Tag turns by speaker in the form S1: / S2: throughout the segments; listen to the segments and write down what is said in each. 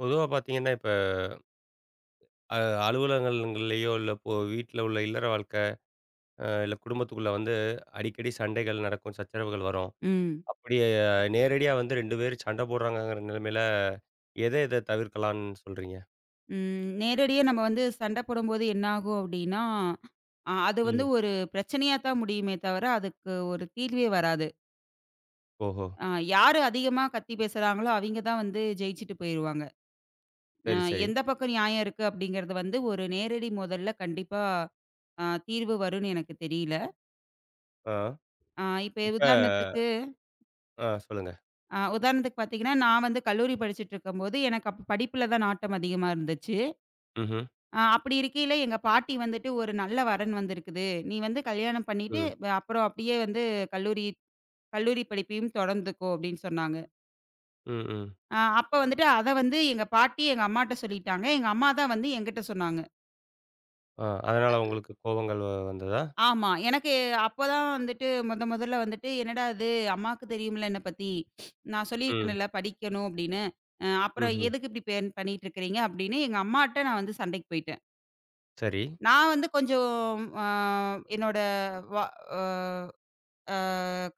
S1: பொதுவா பார்த்தீங்கன்னா, இப்ப அ அலுவலகங்கள்லயோ, இல்ல இப்போ வீட்ல உள்ள இல்லற வாழ்க்கை, இல்ல குடும்பத்துக்குள்ள வந்து அடிக்கடி சண்டைகள் நடக்கும், சச்சரவுகள் வரும்.
S2: ம்.
S1: அப்படி நேரடியா வந்து 2 பேரும் சண்டை போடுறாங்கங்கிற நிலைமையில, எத எத தவிர்க்கலாம்னு சொல்றீங்க?
S2: ம். நேரடியா நம்ம வந்து சண்டை போடும்போது என்னாகும் அப்டின்னா, அது வந்து
S1: ம்.
S2: ஒரு பிரச்சனையா தான் முடியுமே தவிர, அதுக்கு ஒரு தீர்வே வராது.
S1: ஓஹோ!
S2: அ யாரு அதிகமா கத்தி பேசுறாங்களோ, அவிங்க தான் வந்து ஜெயிச்சுட்டு போயிருவாங்க. அ
S1: சரி, சரி.
S2: எந்த பக்கம் நியாயம் இருக்கு அப்டிங்கிறது வந்து ஒரு நேரடி மோதல்ல கண்டிப்பா தீர்வு வரும்னு எனக்கு தெரியல.
S1: ஆ.
S2: இப்ப
S1: இப்ப
S2: உதாரணத்துக்கு
S1: ஆ சொல்லுங்க.
S2: உதாரணத்துக்கு பார்த்தீங்கன்னா, நான் வந்து கல்லூரி படிச்சுட்டு இருக்கும்போது, எனக்கு அப்ப படிப்புல தான் நாட்டம் அதிகமா இருந்துச்சு.
S1: ம்ஹ்ம்.
S2: அப்படி இருக்கையில எங்க பாட்டி வந்துட்டு, "ஒரு நல்ல வரன் வந்திருக்குது. நீ வந்து கல்யாணம் பண்ணிட்டு,
S1: ம்.
S2: அப்புறம் அப்படியே வந்து கல்லூரி கல்லூரி படிப்பையும் தொடர்ந்துக்கோ" அப்படின்னு சொன்னாங்க.
S1: ம், ம்.
S2: அப்ப வந்துட்டு அத வந்து எங்க பாட்டி எங்க அம்மாட்ட சொல்லிட்டாங்க. எங்க அம்மா தான் வந்து என்கிட்ட சொன்னாங்க.
S1: ஆ அதனால உங்களுக்கு கோபங்கள் வந்ததா?
S2: ஆமா. எனக்கு அப்பதான் வந்துட்டு மொதல்ல வந்துட்டு, "என்னடா இது அம்மாவுக்கு தெரியும்ல என்னை பத்தி. நான்
S1: ம்.
S2: சொல்லியிருக்கேன்ல படிக்கணும்" அப்படின்னு. "அப்புறம்
S1: ம்ஹ்ம்.
S2: எதுக்கு இப்படி பெண் பண்ணிட்டு இருக்கிறீங்க?" அப்படின்னு எங்க அம்மாட்ட நான் வந்து சண்டைக்கு போயிட்டேன்.
S1: சரி.
S2: நான் வந்து கொஞ்சம் அ என்னோட வ அ அ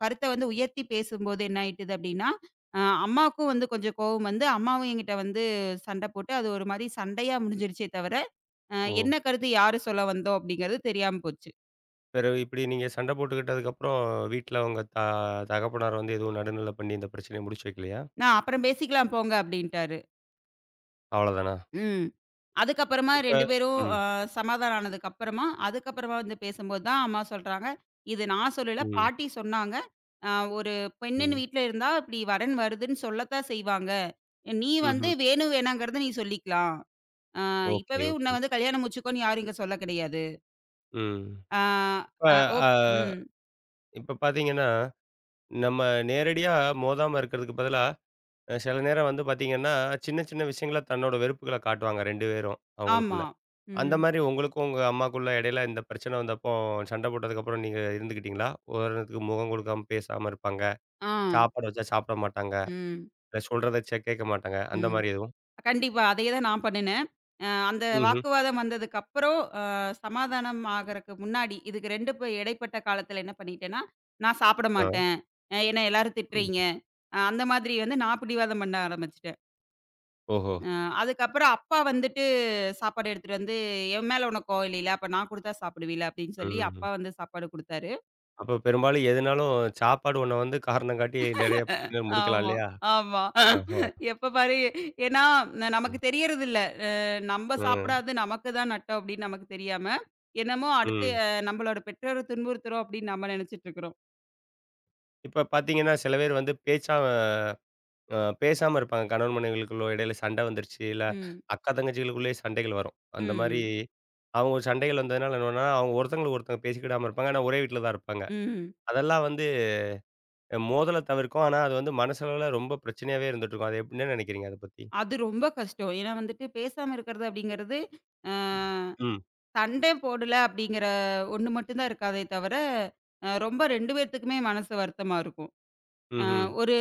S2: கருத்த வந்து உயர்த்தி பேசும்போது என்ன ஆயிட்டுது அப்டின்னா, அ அம்மாவுக்கும் வந்து கொஞ்சம் கோவம் வந்து, அம்மாவும் என்கிட்ட வந்து சண்டை போட்டு, அது ஒரு மாரி சண்டையா முடிஞ்சிருச்சே தவிர, அ
S1: ஓ!
S2: என்ன கருத்து யாரு சொல்ல வந்தோம் அப்டிங்கிறது தெரியாம போச்சு.
S1: பிறகு இப்படி நீங்க சண்டை போட்டுக்கிட்டதுக்கப்புறம் வீட்ல உங்க தகப்பனார் வந்து எதுவும் நடுநிலை பண்ணி இந்த பிரச்சனைய முடிச்சு வைக்கலையா?
S2: நான் அப்புறம் பேசிக்கலாம் போங்க அப்டின்ட்டாரு.
S1: அவ்வளோதானா?
S2: ம். அதுக்கப்புறமா
S1: இப்ப
S2: 2 பேரும்
S1: ம்.
S2: சமாதானம் ஆனதுக்கப்புறமா, அதுக்கப்புறமா வந்து பேசும்போது தான் அம்மா சொல்றாங்க, "இது நான் சொல்லல,
S1: ம்.
S2: பாட்டி சொன்னாங்க. அ ஒரு பெண்ணுன்னு
S1: ம்.
S2: வீட்ல இருந்தா இப்டி வரன் வருதுன்னு சொல்லத்தான் செய்வாங்க. நீ வந்து
S1: ம்ஹ்ம்.
S2: வேணும் வேணாங்கிறத நீ சொல்லிக்கலாம்." ஆ
S1: ஓகே,
S2: இப்பவே உன்ன
S1: ஓகே.
S2: வந்து கல்யாணம் முடிச்சுக்கோன்னு யாரும் இங்க சொல்ல கிடையாது.
S1: ம்.
S2: ஆ
S1: இப்ப
S2: அ
S1: அ
S2: ஓகே. ம்.
S1: இப்ப பார்த்தீங்கன்னா, நம்ம நேரடியா மோதாம இருக்கிறதுக்கு பதிலா, சில நேரம் வந்து பார்த்தீங்கன்னா, சின்ன சின்ன விஷயங்கள தன்னோட வெறுப்புகள காட்டுவாங்க 2 பேரும்
S2: ஆமா.
S1: அவங்களுக்குள்ள. அந்த
S2: ம்.
S1: மாரி உங்களுக்கும் உங்க அம்மாக்குள்ள இடையில இந்த பிரச்சனை வந்தப்போ சண்டை போட்டதுக்கப்புறம் நீங்க இருந்துக்கிட்டீங்களா? உதாரணத்துக்கு முகம் கொடுக்காம பேசாம இருப்பாங்க.
S2: ஆ.
S1: சாப்பாடு வச்சா சாப்பிட மாட்டாங்க.
S2: ம்.
S1: இல்ல சொல்றத கேட்க மாட்டாங்க. அந்த
S2: ம்.
S1: மாரி எதுவும்?
S2: கண்டிப்பா. அதே தான் நான் பண்ணுனேன். அந்த
S1: ம்ஹ்ம்.
S2: வாக்குவாதம் வந்ததுக்கப்புறம் சமாதானம் ஆகறக்கு முன்னாடி, இதுக்கு 2க்கும் இடைப்பட்ட காலத்துல என்ன பண்ணிட்டேன்னா, நான் சாப்பிட
S1: ஆ.
S2: மாட்டேன். என்ன எல்லாரும்
S1: ம்.
S2: திட்டுறீங்க. அந்த மாதிரி வந்து நான் பிடிவாதம் பண்ண ஆரம்பிச்சுட்டேன்.
S1: ஓஹோ!
S2: அ அதுக்கப்புறம் அப்பா வந்துட்டு சாப்பாடு எடுத்துட்டு வந்து, "என் மேல உனக்கு கோவம் இல்லைல? அப்ப நான் குடுத்தா சாப்பிடுவீல?" அப்படின்னு சொல்லி
S1: ம்.
S2: அப்பா வந்து சாப்பாடு குடுத்தாரு.
S1: அப்ப பெரும்பாலும் எதுனாலும் சாப்பாடு ஒண்ண வந்து காரணம் காட்டி நெறைய பிரச்சனைய முடிக்கலாம்
S2: ஆமா,
S1: இல்லையா?
S2: ஆமா.
S1: ஆஹா.
S2: எப்ப பாரு ஏன்னா நமக்கு
S1: ம்.
S2: தெரியறதில்ல. அ நம்ம
S1: ம்.
S2: சாப்பிடாதது நமக்கு தான் நட்டம் அப்படின்னு நமக்கு தெரியாம, என்னமோ அடுத்து
S1: ம்.
S2: நம்மளோட பெற்றோர துன்புறுத்துறோம் அப்படின்னு நம்ம நினைச்சுட்டு இருக்கிறோம்.
S1: இப்ப பார்த்தீங்கன்னா, சில பேர் வந்து பேச்சாம அ பேசாம இருப்பாங்க. கணவன் மனைவிகளுக்குள்ள இடையில சண்டை வந்துருச்சு. இல்ல
S2: ம்.
S1: அக்கா தங்கச்சிகளுக்குள்ளேயே சண்டைகள் வரும். அந்த மாரி
S2: ம்.
S1: அவங்க சண்டைகள் வந்ததுனால என்னன்னா, அவங்க ஒருத்தங்களுக்கு ஒருத்தங்க பேசிக்கிடாம இருப்பாங்க. ஆனா ஒரே வீட்ல தான் இருப்பாங்க.
S2: ம்.
S1: அதெல்லாம் வந்து மோதல தவிர்க்கும். ஆனா அது வந்து மனசளவுல ரொம்ப பிரச்சனையாவே இருந்துட்டுருக்கும். அது எப்படின்னு நினைக்கிறீங்க அத பத்தி?
S2: அது ரொம்ப கஷ்டம். ஏன்னா வந்துட்டு பேசாம இருக்கிறது அப்படிங்கிறது, அ
S1: ம். ம்.
S2: சண்டை போடல அப்படிங்கிற ஒண்ணு மட்டும் தான் இருக்காதே தவிர, ரொம்ப 2 பேத்துக்குமே மனசு வருத்தமா இருக்கும். அ
S1: ம்ஹ்ம்.
S2: ஒரு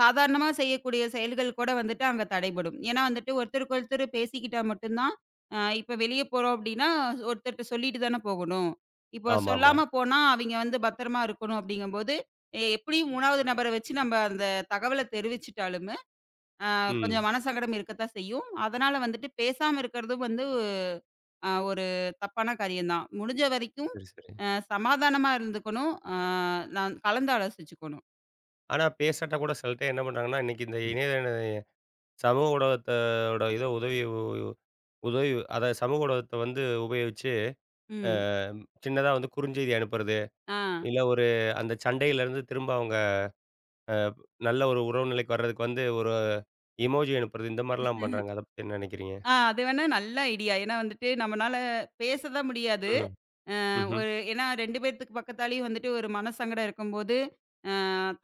S2: சாதாரணமா செய்யக்கூடிய செயல்கள் கூட வந்துட்டு அங்க தடைபடும். ஏன்னா வந்துட்டு ஒருத்தருக்கு ஒருத்தர் பேசிக்கிட்டா மட்டும் தான், இப்ப வெளிய போறோம் அப்டின்னா, ஒருத்தர்ட்ட சொல்லிட்டு தானே போகணும். இப்போ
S1: ஆமாமா.
S2: சொல்லாம போனா அவிங்க வந்து பத்திரமா இருக்கணும் அப்டிங்கும்போது, எப்படியும் 3வது நபர வச்சு நம்ம அந்த தகவல தெரிவிச்சுட்டாலுமே, அ
S1: ம்.
S2: கொஞ்சம் மனசங்கடம் இருக்கத்தான் செய்யும். அதனால வந்துட்டு பேசாம இருக்கிறதும் வந்து ஒரு தப்பான காரியம் தான். முடிஞ்ச வரைக்கும்
S1: சரி, சரி.
S2: சமாதானமா இருந்துக்கணும். நான் கலந்து ஆலோசிச்சுக்கணும்.
S1: ஆனா பேசாட்டா கூட சில டைம் என்ன பண்றாங்கன்னா, இன்னைக்கு இந்த இணையதள சமூக ஊடகத்தோட இத உதவி அதாவது சமூக ஊடகத்த வந்து உபயோகிச்சு, அ
S2: ம்.
S1: சின்னதா வந்து குறுஞ்செய்தி அனுப்புறது,
S2: ஆ.
S1: இல்ல ஒரு அந்த சண்டையிலேருந்து திரும்ப அவங்க அ நல்ல ஒரு உறவு நிலைக்கு வர்றதுக்கு வந்து ஒரு எமோஜி அனுப்புறது, இந்த மாரிலாம் பண்றாங்க. அத பத்தி என்ன நெனைக்கிறீங்க?
S2: அது வேணா நல்ல ஐடியா. ஏன்னா வந்துட்டு நம்மனால பேச தான் முடியாது.
S1: ம். ம்ஹ்ம்.
S2: ஒரு ஏன்னா 2 பேத்துக்கு பக்கத்தாலேயும் வந்துட்டு ஒரு மனசங்கடம் இருக்கும்போது, அ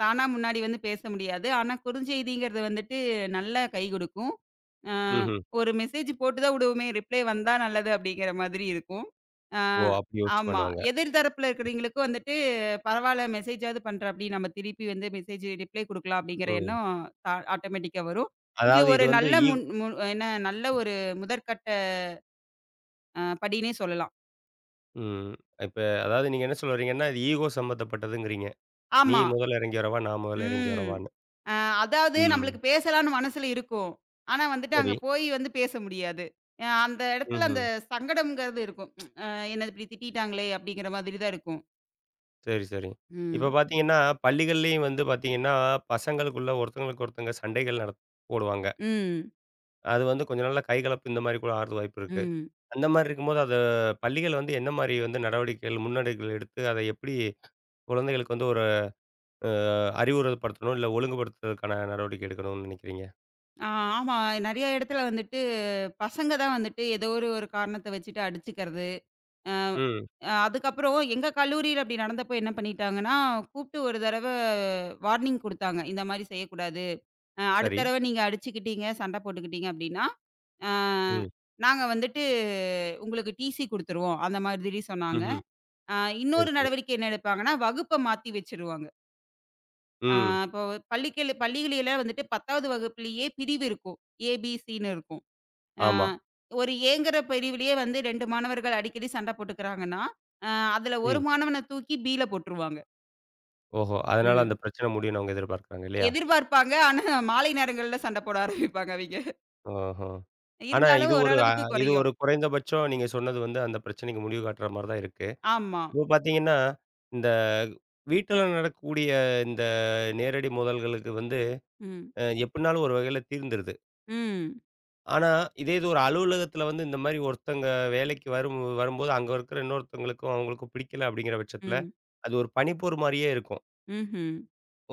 S2: தானா முன்னாடி வந்து பேச முடியாது. ஆனா, குறுஞ்செய்திங்கிறது வந்துட்டு நல்லா கை குடுக்கும். அ
S1: ம்ஹ்ம்.
S2: ஒரு மெசேஜ் போட்டு தான் விடுவோமே, ரிப்ளை வந்தா நல்லது அப்படிங்கிற மாதிரி இருக்கும். அ
S1: ஓ! அப்படி யோசிச்சு
S2: ஆமா.
S1: பண்ணுவாங்க.
S2: எதிர் தரப்புல இருக்கிறவங்களுக்கும் வந்துட்டு பரவால்ல மெசேஜாவது பண்றாப்படி, நம்ம திருப்பி வந்து மெசேஜ் ரிப்ளை குடுக்கலாம் அப்படிங்கிற
S1: ம்.
S2: எண்ணம் ஆட்டோமேட்டிக்கா வரும். இது
S1: அதாவது இது
S2: ஒரு
S1: வந்து
S2: நல்ல முன் மு என்ன நல்ல ஒரு முதற்கட்ட படின்னே சொல்லலாம்.
S1: ம். இப்ப அதாவது நீங்க என்ன சொல்ல வர்றீங்கன்னா, இது ஈகோ சம்மந்தப்பட்டதுங்கிறீங்க. நீ
S2: ஆமா.
S1: முதல்ல இறங்கி வரவா? நான் முதல்ல இறங்கி
S2: ம்.
S1: வரவான்னு.
S2: அ அதாவது
S1: ம்.
S2: நம்மளுக்கு பேசலாம்னு மனசுல இருக்கும். ஆனா வந்துட்டு
S1: சரி.
S2: அங்க போய் வந்து பேச முடியாது. அந்த இடத்துல அந்த
S1: ம்ஹ்ம்.
S2: சங்கடம்ங்கிறது இருக்கும். அ என்ன இப்படி திட்டிட்டாங்களே அப்படிங்கிற மாதிரி தான் இருக்கும்.
S1: சரி, சரி. இப்ப
S2: ம்.
S1: பார்த்தீங்கன்னா, பள்ளிகள்லயும் வந்து பார்த்தீங்கன்னா, பசங்களுக்குள்ள ஒருத்தங்களுக்கு ஒருத்தங்க சண்டைகள் போடுவாங்க.
S2: ம்.
S1: அது வந்து கொஞ்ச நாள்ல கைகலப்பு இந்த மாரி கூட ஆகுறதுக்கு வாய்ப்பு இருக்கு.
S2: ம்.
S1: அந்த மாரி இருக்கும்போது, அத பள்ளிகள் வந்து என்ன மாரி வந்து நடவடிக்கைகள், முன்னெடுக்கைகள் எடுத்து, அதை எப்படி குழந்தைகளுக்கு வந்து ஒரு அறிவுரைப்படுத்தணும், இல்ல ஒழுங்குபடுத்துறதுக்கான நடவடிக்கை எடுக்கணும்னு நினைக்கிறீங்க?
S2: ஆ ஆமா. நெறைய இடத்துல வந்துட்டு பசங்க தான் வந்துட்டு ஏதோ ஒரு ஒரு காரணத்த வச்சுட்டு அடிச்சுக்கிறது.
S1: ம்.
S2: அதுக்கப்புறம் எங்க கல்லூரியில அப்படி நடந்தப்போ என்ன பண்ணிட்டாங்கன்னா, கூப்பிட்டு ஒரு தடவ வார்னிங் குடுத்தாங்க. இந்த மாரி செய்யக்கூடாது. அடுத்த
S1: சரி.
S2: தடவ நீங்க அடிச்சுக்கிட்டீங்க, சண்டை போட்டுக்கிட்டீங்க அப்படின்னா, அ
S1: ம்.
S2: நாங்க வந்துட்டு உங்களுக்கு டிசி குடுத்துருவோம். அந்த மாதிரி சொன்னாங்க.
S1: ம்ஹ்ம்.
S2: அ
S1: சரி,
S2: இன்னொரு
S1: சரி.
S2: நடவடிக்கை என்ன எடுப்பாங்கன்னா, வகுப்ப மாத்தி வச்சுருவாங்க. அ
S1: ம்.
S2: இப்போ பள்ளிகளில வந்துட்டு 10வது வகுப்பிலேயே பிரிவு இருக்கும். ஏ, பி, சி ன்னு இருக்கும். ஆ
S1: ஆமா.
S2: ஒரு ஏங்கிற பிரிவிலேயே வந்து 2 மாணவர்கள் அடிக்கடி சண்டை போட்டுக்கிறாங்கன்னா, அ அதுல ஒரு
S1: ம்.
S2: மாணவன தூக்கி பி ல போட்டுருவாங்க.
S1: ஓஹோ! அதனால அந்த
S2: ம்.
S1: பிரச்சனை முடியும்னு அவங்க எதிர்பார்க்குறாங்க இல்லையா?
S2: எதிர்பார்ப்பாங்க. ஆனா மாலை நேரங்கள்ல சண்டை போட ஆரம்பிப்பாங்க அவிங்க.
S1: ஓஹோ! ஆனா
S2: இருந்தாலும்
S1: இது ஒரு
S2: ஓரளவுக்கு
S1: இது ஒரு
S2: குறையும்.
S1: குறைந்தபட்சம் நீங்க சொன்னது வந்து அந்த பிரச்சனைக்கு முடிவு காட்டுற மாரி தான் இருக்கு.
S2: ஆமா.
S1: இப்போ பார்த்தீங்கன்னா, இந்த வீட்ல நடக்கக்கூடிய இந்த நேரடி மோதல்களுக்கு வந்து
S2: ம்.
S1: எப்டினாலும் ஒரு வகையில தீர்ந்துருது.
S2: ம்.
S1: ஆனா இதே இது ஒரு அலுவலகத்தில வந்து இந்த மாரி ஒருத்தங்க வேலைக்கு வரும்போது அங்க இருக்கிற இன்னொருத்தவங்களுக்கும் அவங்களுக்கும் பிடிக்கல அப்டிங்கிற பட்சத்தில,
S2: ம்.
S1: அது ஒரு பனிப்போர் மாரியே இருக்கும்.
S2: ம்ஹ்ம்.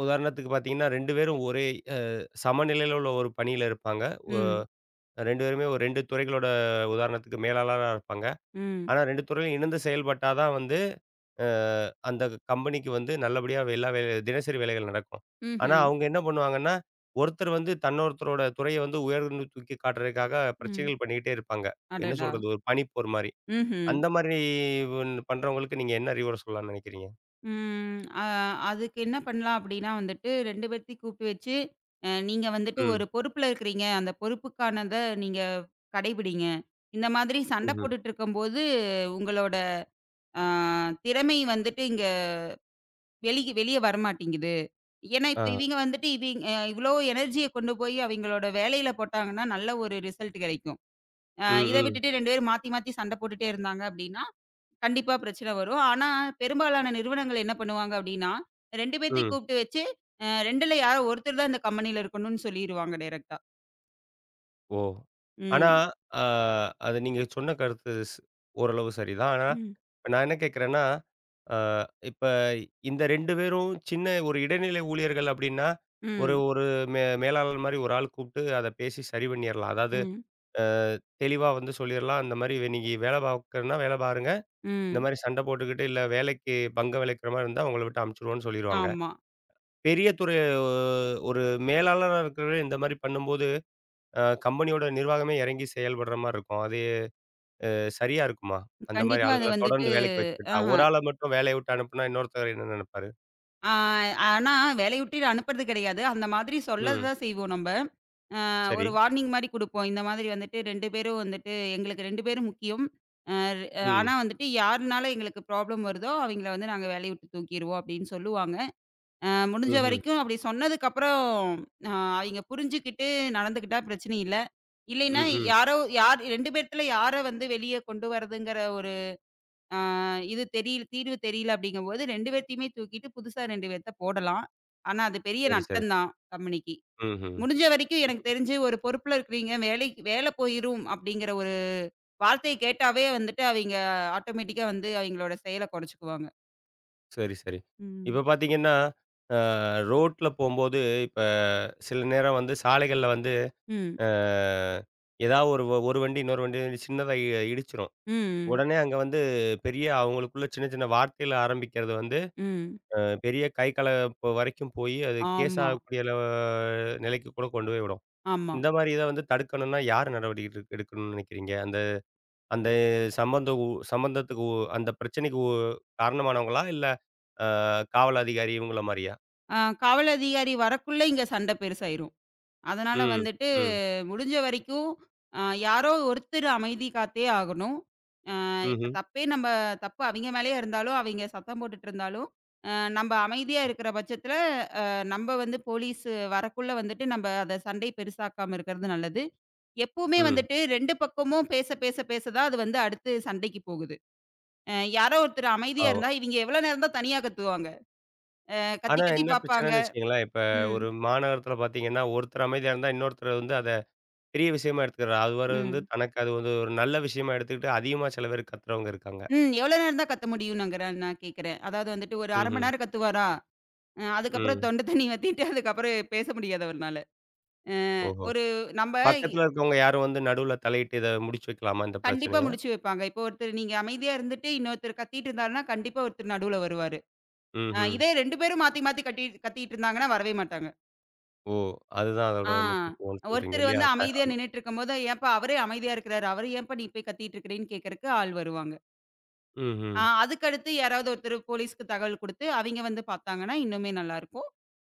S1: உதாரணத்துக்கு பார்த்தீங்கன்னா, 2 பேரும் ஒரே அ சமநிலையில உள்ள ஒரு பணியில இருப்பாங்க. ஒ
S2: ம்.
S1: 2 பேருமே ஒரு 2 துறைகளோட உதாரணத்துக்கு மேலாளரா இருப்பாங்க.
S2: ம்.
S1: ஆனா 2 துறையிலும் இணைந்து செயல்பட்டா தான் வந்து, அ அந்த கம்பெனிக்கு வந்து நல்லபடியா எல்லா தினசரி வேலைகள் நடக்கும். ஆனா
S2: ம்ஹ்ம்.
S1: அவங்க என்ன பண்ணுவாங்கன்னா, ஒருத்தர் வந்து தன்னொருத்தரோட துறைய வந்து உயர்ந்து தூக்கி காட்டுறதுக்காக
S2: ம்.
S1: பிரச்சனைகள் பண்ணிக்கிட்டே இருப்பாங்க. என்ன
S2: அடடா!
S1: சொல்றது? ஒரு பனிப்போர் மாரி.
S2: ம்ஹ்ம்.
S1: அந்த மாரி வ் பண்றவங்களுக்கு நீங்க என்ன அறிவுரை சொல்லலாம்னு நினைக்கிறீங்க?
S2: ம். அதுக்கு என்ன பண்ணலாம் அப்படின்னா வந்துட்டு 2 பேத்தையும் கூப்பிட்டு வச்சு, நீங்க வந்துட்டு
S1: ம்.
S2: ஒரு பொறுப்புல இருக்கிறீங்க. அந்த பொறுப்புக்கானத நீங்க கடைபிடிங்க. இந்த மாதிரி சண்டை
S1: ம்ஹ்ம்.
S2: போட்டுட்டு இருக்கும்போது, உங்களோட அ திறமை வந்துட்டு இங்க வெளிய வரமாட்டேங்குது. ஏன்னா,
S1: ஆ.
S2: இப்ப இவிங்க இவ்ளோ எனர்ஜிய கொண்டு போய் அவிங்களோட வேலையில போட்டாங்கன்னா, நல்ல ஒரு ரிசல்ட் கிடைக்கும்.
S1: ம்,
S2: இத
S1: ம்.
S2: விட்டுட்டு 2 பேரும் மாத்தி மாத்தி சண்டை போட்டுட்டே இருந்தாங்க அப்படின்னா, கண்டிப்பா பிரச்சனை வரும். ஆனா, பெரும்பாலான நிறுவனங்கள் என்ன பண்ணுவாங்க அப்டின்னா, 2 பேத்தையும்
S1: ம்.
S2: கூப்பிட்டு வச்சு, 2ல யாரோ ஒருத்தர் தான் இந்த கம்பெனில இருக்கணும்னு சொல்லிருவாங்க டைரக்ட்டா.
S1: ஓ! ஆனா,
S2: ம்.
S1: அ அது நீங்க சொன்ன கருத்து ஓரளவு சரிதான். ஆனா,
S2: ம்.
S1: இப்ப நான் என்ன கேட்கிறேன்னா, அ இப்ப இந்த 2 பேரும் சின்ன ஒரு இடைநிலை ஊழியர்கள் அப்டின்னா, ஒரு
S2: ம்.
S1: ஒரு மேலாளர் மாரி ஒரு ஆள் கூப்ட்டு அத பேசி சரி பண்ணிறலாம். அதாவது
S2: ம்.
S1: அ தெளிவா வந்து சொல்லிறலாம். இந்த மாரி நீங்க வேல பார்க்கணும்னா வேல பாருங்க. இந்த
S2: ம்.
S1: மாரி சண்ட போட்டுக்கிட்டு, இல்ல வேலைக்கு பங்கம் விளைக்கிற மாரி இருந்தா உங்கள விட்டு அமுச்சுருவோம்னு சொல்லிருவாங்க.
S2: ஆமா.
S1: பெரிய துறை ஒரு மேலாளரா இருக்கிறவரு இந்த மாரி பண்ணும்போது கம்பெனியோட நிர்வாகமே இறங்கி செயல்படுற மாரி இருக்கும். அது சரியா இருக்குமா? அந்த மாரி
S2: கண்டிப்பா அது
S1: ஆளுங்கள
S2: வந்துட்டு
S1: தொடர்ந்து வேலைக்கு வச்சுக்கிட்டா,
S2: ஆஹ.
S1: ஒரு ஆள மட்டும் வேலைய விட்டு அனுப்புனா இன்னொருத்தர் என்ன நினைப்பாரு?
S2: ஆ ஆனா வேலைய விட்டு அனுப்புறது கிடையாது. அந்த மாதிரி சொல்ல
S1: ம்.
S2: தான் செய்வோம் நம்ப.
S1: சரி.
S2: ஒரு வார்னிங் மாரி குடுப்போம். இந்த மாதிரி வந்துட்டு 2 பேரும் வந்துட்டு எங்களுக்கு 2 பேரும் முக்கியம். அ
S1: ம்.
S2: ஆனா வந்துட்டு யாருனால எங்களுக்கு ப்ராப்ளம் வருதோ, அவங்கள வந்து நாங்க வேலைய விட்டு தூக்கிருவோம் அப்டின்னு சொல்லுவாங்க. முடிஞ்ச
S1: ம்ஹ்ம்.
S2: வரைக்கும் அப்படி சொன்னதுக்கப்புறம் அ அவிங்க புரிஞ்சுக்கிட்டு நடந்துக்கிட்டா பிரச்சனை இல்ல. இல்லைன்னா
S1: ம், ம். ம்
S2: யாரோ யார் 2 பேத்துல யார வந்து வெளிய கொண்டு வரதுங்கிற ஒரு அ இது தெரியல தீர்வு தெரியல அப்படிங்கும்போது 2 பேத்தையுமே தூக்கிட்டு புதுசா 2 பேத்த போடலாம். ஆனா அது பெரிய
S1: சரி, சரி.
S2: நட்டம் தான் கம்பெனிக்கு.
S1: ம்ஹ்ம்.
S2: முடிஞ்ச வரைக்கும் எனக்கு தெரிஞ்சு ஒரு பொறுப்புல இருக்கிறீங்க, வேலைக்கு வேல போயிரும் அப்படிங்கிற ஒரு வார்த்தைய கேட்டாவே வந்துட்டு அவிங்க ஆட்டோமேட்டிக்கா வந்து அவிங்களோட செயல குறைச்சுக்குவாங்க.
S1: சரி, சரி.
S2: ம்.
S1: இப்ப பார்த்தீங்கன்னா, அ ரோட்ல போம்போது இப்ப சில நேரம் வந்து சாலைகள்ல வந்து
S2: ம்.
S1: அ ஏதாவது ஒரு ஒரு வண்டி இன்னொரு வண்டி சின்னதா இடிச்சிரும்.
S2: ம். ம்.
S1: உடனே அங்க வந்து பெரிய அவங்களுக்குள்ள சின்ன சின்ன வார்த்தையில ஆரம்பிக்கிறது வந்து
S2: ம்.
S1: பெரிய கை கலப்பு வரைக்கும் போயி, அது கேஸ்
S2: ஆமா.
S1: ஆகக்கூடிய அளவு நிலைக்கு கூட கொண்டு போய் விடும்.
S2: ஆமா.
S1: இந்த மாரி இத வந்து தடுக்கணும்னா, யார் நடவடிக்கை எடுக்கணும்னு நினைக்கிறீங்க? அந்த அந்த சம்பந்த உ சம்பந்தத்துக்கு உ அந்த பிரச்சனைக்கு காரணமானவங்களா? இல்ல அ காவல் அதிகாரி இவங்கள மாரியா?
S2: ஆ காவல் அதிகாரி வரக்குள்ள இங்க சண்டை பெருசாயிரும். அதனால
S1: ம்,
S2: வந்துட்டு
S1: ம்,
S2: முடிஞ்ச வரைக்கும் அ யாரோ ஒருத்தர் அமைதி காத்தே ஆகணும். இப்ப
S1: ம்ஹ்ம்,
S2: தப்பே, தப்பு அவிங்க மேலயே இருந்தாலும், அவிங்க சத்தம் போட்டுட்டு இருந்தாலும், அ நம்ப அமைதியா இருக்கிற பட்சத்துல, அ நம்ப வந்து போலீஸ் வரக்குள்ள வந்துட்டு நம்ப அத சண்டை பெருசாக்காம இருக்கிறது நல்லது. எப்பவுமே
S1: ம்.
S2: வந்துட்டு 2 பக்கமும் பேச பேச பேச தான் அது வந்து அடுத்து சண்டைக்கு போகுது. யாரோ ஒருத்தர் அமைதியா
S1: ஆமா.
S2: இருந்தா, இவிங்க எவ்வளோ நேரம் தான் தனியா கத்துவாங்க. கத்தி
S1: ஆனா
S2: கத்தி
S1: என்ன
S2: பாப்பாங்க.
S1: பிரச்சனைன்னு வச்சுக்கங்களேன், இப்ப
S2: ம்,
S1: ஒரு மாநகரத்தில பார்த்தீங்கன்னா, ஒருத்தர் அமைதியா இருந்தா, இன்னொருத்தர் வந்து அத பெரிய விஷயமா எடுத்துக்கிறார். அவரு வந்து
S2: ம்.
S1: தனக்கு அது வந்து ஒரு நல்ல விஷயமா எடுத்துக்கிட்டு, அதிகமா சில பேர் கத்துறவங்க இருக்காங்க.
S2: ம். எவ்வளோ நேரம் தான் கத்த முடியும்னுங்கிற நான் கேட்கிறேன். அதாவது வந்துட்டு ஒரு 1/2 மணி
S1: ம்ஹ்ம்,
S2: நேரம் கத்துவாரா, அதுக்கப்புறம்
S1: ம்.
S2: தொண்ட தண்ணி வத்திட்டு அதுக்கப்புறம் பேச முடியாது அவர்னால. அ
S1: ஓஹோ!
S2: ஒரு நம்ப
S1: பக்கத்துல இருக்கவங்க யாரும் வந்து நடுவுல தலையிட்டு இத முடிச்சு வைக்கலாமா இந்த
S2: கண்டிப்பா
S1: பிரச்சனைய?
S2: முடிச்சு வைப்பாங்க. இப்போ ஒருத்தர் நீங்க அமைதியா இருந்துட்டு இன்னொருத்தர் கத்திட்டு இருந்தாருன்னா, கண்டிப்பா ஒருத்தர் நடுவுல வருவாரு.
S1: ம்ஹ்ம்.
S2: இதே 2 பேரும் மாத்தி மாத்தி கட்டி கத்திட்டு இருந்தாங்கன்னா வரவே மாட்டாங்க.
S1: ஓ! அதுதான் அதோட
S2: ஆ
S1: முக்கியத்துவம்னு சொல்றீங்க
S2: ஒருத்தர்
S1: இல்லையா?
S2: வந்து அமைதியா நின்னுட்டு இருக்கும்போது, "ஏன்பா அவரே அமைதியா இருக்கிறாரு. அவரு ஏன்பா நீ போய் கத்திட்டு இருக்கிறேன்னு" கேட்கறக்கு ஆள் வருவாங்க.
S1: ம்ஹ்ம்.
S2: அதுக்கடுத்து யாராவது ஒருத்தர் போலீஸ்க்கு தகவல் குடுத்து, அவிங்க வந்து பார்த்தாங்கன்னா, இன்னுமே நல்லாருக்கும்.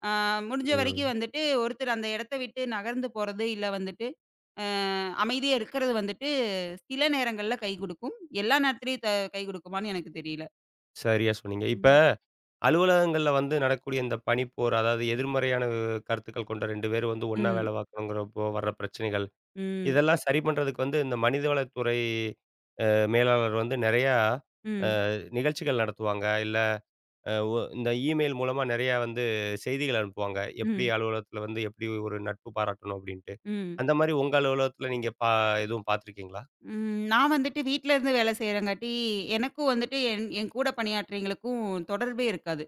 S2: ஆ முடிஞ்ச
S1: ம்.
S2: வரைக்கும் வந்துட்டு, ஒருத்தர் அந்த இடத்த விட்டு நகர்ந்து போறது, இல்ல வந்துட்டு அ அமைதியா இருக்கிறது வந்துட்டு, சில நேரங்கள்ல கை குடுக்கும். எல்லா நேரத்துலயும் கை குடுக்குமான்னு எனக்கு தெரியல.
S1: சரியா சொன்னீங்க. இப்ப
S2: ம்.
S1: அலுவலகங்கள்ல வந்து நடக்கக்கூடிய இந்த பணிப்போர், அதாவது எதிர்மறையான கருத்துக்கள் கொண்ட 2 பேரும் வந்து ஒண்ணா
S2: ம்.
S1: வேலை பார்க்கணுங்கிறப்போ வர்ற பிரச்சனைகள்,
S2: ம்.
S1: இதெல்லாம் சரி பண்றதுக்கு வந்து இந்த மனிதவளத்துறை மேலாளர் வந்து நெறையா
S2: ம்.
S1: நிகழ்ச்சிகள் நடத்துவாங்க. இல்ல அ ஒ இந்த இமெயில் மூலமா நெறையா வந்து செய்திகள் அனுப்புவாங்க. எப்படி
S2: ம்.
S1: அலுவலகத்தில வந்து எப்படி ஒரு நட்பு பாராட்டணும் அப்படின்ட்டு.
S2: ம்.
S1: அந்த மாரி உங்க அலுவலகத்தில நீங்க எதுவும் பார்த்துருக்கீங்களா?
S2: ம். நான் வந்துட்டு வீட்ல இருந்து வேலை செய்றங்காட்டி, எனக்கும் வந்துட்டு என் என் கூட பணியாற்றவங்களுக்கும் தொடர்பே இருக்காது.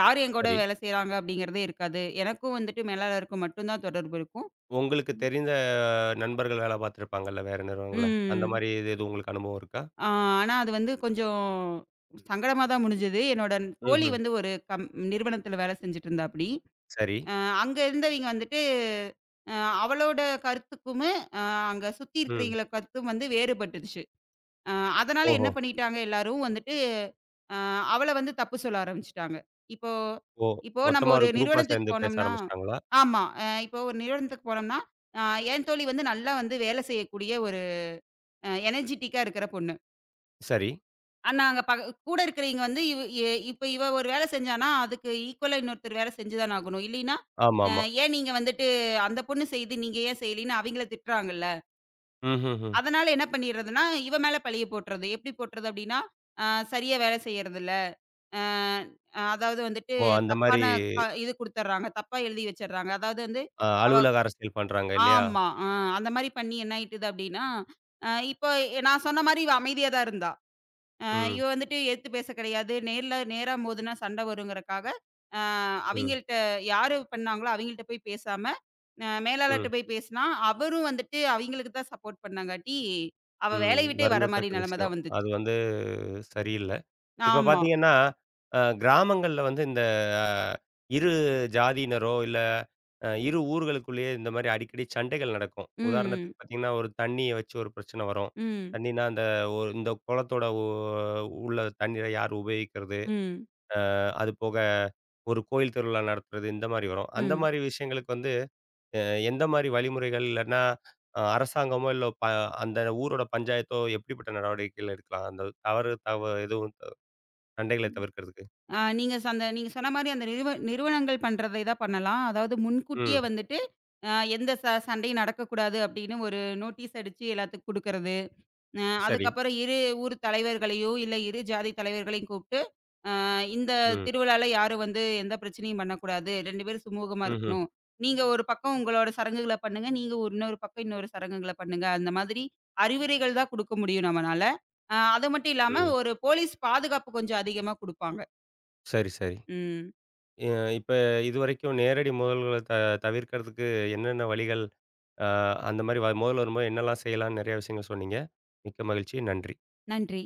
S2: யார் என் கூட
S1: சரி.
S2: வேலை செய்றாங்க அப்படிங்கிறதே இருக்காது. எனக்கும் வந்துட்டு மேலாளருக்கும் மட்டும் தான் தொடர்பு இருக்கும்.
S1: உங்களுக்கு தெரிந்த நண்பர்கள் வேலை பார்த்துருப்பாங்கல்ல வேற நிறுவனங்கள்ல. அந்த
S2: ம்.
S1: மாரி இது எதுவும் உங்களுக்கு அனுபவம் இருக்கா?
S2: ஆ ஆனா அது வந்து கொஞ்சம் சங்கடமா தான் முடிஞ்சது. என்னோட தோழி
S1: ம்ஹ்ம்.
S2: வந்து ஒரு நிறுவனத்தில வேலை செஞ்சுட்டு இருந்தாப்படி.
S1: சரி.
S2: அ அங்க இருந்தவைங்க வந்துட்டு, அ அவளோட கருத்துக்குமு, அ அங்க சுத்தி
S1: ம்.
S2: இருக்கிறவைங்கள கருத்தும் வந்து வேறுபட்டுருச்சு. அ அதனால
S1: ஓஹோ!
S2: என்ன பண்ணிட்டாங்க எல்லாரும் வந்துட்டு, அ அவள வந்து தப்பு சொல்ல ஆரம்பிச்சுட்டாங்க. இப்போ
S1: ஓ!
S2: இப்போ நம்ம
S1: மொத்தமா
S2: ஒரு
S1: ஒரு குரூப்பா
S2: நிறுவனத்துக்கு
S1: சேர்ந்து பேச
S2: போனோம்னா
S1: ஆரம்பிச்சுட்டாங்களா?
S2: ஆமா. இப்போ ஒரு நிறுவனத்துக்கு போனோம்னா, அ என் தோழி வந்து நல்லா வந்து வேலை செய்யக்கூடிய ஒரு எனர்ஜிட்டிக்கா இருக்கிற பொண்ணு.
S1: சரி.
S2: நாங்க பக கூட இருக்கிறவைங்க வந்து இவ் எ இப்ப இவ ஒரு வேலை செஞ்சான்னா, அதுக்கு ஈக்குவலா இன்னொருத்தர் வேலை செஞ்சு தான ஆகணும். இல்லைன்னா, அ
S1: ஆமாமா.
S2: ஏன் நீங்க வந்துட்டு அந்த பொண்ணு செய்யுது, நீங்க ஏன் செய்யலின்னு அவைங்கள திட்டுறாங்கல்ல.
S1: ம்ஹ்ஹ்ம்.
S2: அதனால என்ன பண்ணிர்றதுன்னா, இவ மேல பழிய போட்டுறது. எப்படி போட்டுறது அப்படின்னா, அ சரியா வேலை செய்யறதில்ல. அ அதாவது வந்துட்டு
S1: ஓ! அந்த மாரி
S2: தப்பான க இது குடுத்துர்றாங்க. தப்பா எழுதி வச்சர்றாங்க. அதாவது வந்து அவ
S1: அலுவலக அரசியல் பண்றாங்க இல்லையா?
S2: ஆமா. அந்த மாரி பண்ணி என்ன ஆயிட்டுது அப்படின்னா, இப்போ நான் சொன்ன மாரி இவ அமைதியா தான் இருந்தா. அ
S1: ம்,
S2: இவ வந்துட்டு எதிர்த்து பேச கிடையாது. நேர்ல நேரா மோதுனா சண்டை வருங்கிறக்காக, அ
S1: ம்,
S2: அவிங்கள்ட்ட யாரு பண்ணாங்களோ அவிங்கள்ட்ட போய் பேசாம, மேலாளர்ட்ட
S1: ம்,
S2: போய் பேசுனா, அவரும் வந்துட்டு அவிங்களுக்கு தான் சப்போர்ட் பண்ணாங்காட்டி, அவ
S1: ம்.
S2: வேலைய விட்டே வர மாரி
S1: வருந்தத்தக்க
S2: நிலைமை
S1: விஷயம்.
S2: தான் வந்துச்சு.
S1: அது வந்து சரியில்ல. இப்ப
S2: ஆமா.
S1: பார்த்தீங்கன்னா, கிராமங்கள்ல வந்து இந்த அ இரு ஜாதியினரோ, இல்ல இரு ஊர்களுக்குள்ளேயே இந்த மாரி அடிக்கடி சண்டைகள் நடக்கும்.
S2: ம்,
S1: உதாரணத்துக்கு பார்த்தீங்கன்னா, ஒரு தண்ணிய வச்சு ஒரு பிரச்சனை வரும்.
S2: ம்,
S1: தண்ணின்னா அந்த ஒரு இந்த குளத்தோட உள்ள தண்ணீரை யார் உபயோகிக்கிறது?
S2: ம்,
S1: அது போக ஒரு கோயில் திருவிழா நடத்துறது, இந்த மாரி வரும். அந்த
S2: ம்.
S1: மாரி விஷயங்களுக்கு வந்து அ எந்த மாரி வழிமுறைகள் இல்லன்னா, அரசாங்கமோ, இல்ல அந்த ஊரோட பஞ்சாயத்தோ எப்படிப்பட்ட நடவடிக்கைகள் எடுக்கலாம்? அந்த தவறு தவ எதுவும் சண்டைகளை தவிர்க்கிறதுக்கு.
S2: நீங்க ச அந்த நீங்க சொன்ன மாரி அந்த நிறுவனங்கள் பண்றதை தான் பண்ணலாம். அதாவது முன்கூட்டியே
S1: ம்.
S2: வந்துட்டு, அ எந்த சண்டையும் நடக்கக்கூடாது அப்படின்னு ஒரு நோட்டீஸ் அடிச்சு எல்லாத்துக்கும் குடுக்கறது.
S1: சரி.
S2: அதுக்கப்புறம் இரு ஊர் தலைவர்களையோ, இல்ல இரு ஜாதி தலைவர்களையும் கூப்ட்டு, அ இந்த
S1: ம்.
S2: திருவிழால யாரும் வந்து எந்த பிரச்சனையும் பண்ணக்கூடாது. 2 பேரும் சுமூகமா
S1: ம்ஹ்ம்.
S2: இருக்கணும். நீங்க ஒரு பக்கம் உங்களோட சடங்குகள பண்ணுங்க. நீங்க ஒரு இன்னொரு பக்கம் இன்னொரு சடங்குகள பண்ணுங்க. அந்த மாதிரி அறிவுரைகள் தான் குடுக்க முடியும் நம்மனால. அது மட்டும் இல்லாம
S1: ம்.
S2: ஒரு போலீஸ் பாதுகாப்பு கொஞ்சம் அதிகமா குடுப்பாங்க.
S1: சரி, சரி.
S2: ம்.
S1: அ இப்ப இதுவரைக்கும் நேரடி மோதல்கள தவிர்க்கிறதுக்கு என்னென்ன வழிகள், அ அந்த மாரி மோதல் வரும்போது என்னெல்லாம் செய்யலாம்னு நெறைய விஷயங்கள் சொன்னீங்க. மிக்க மகிழ்ச்சி. நன்றி.
S2: நன்றி.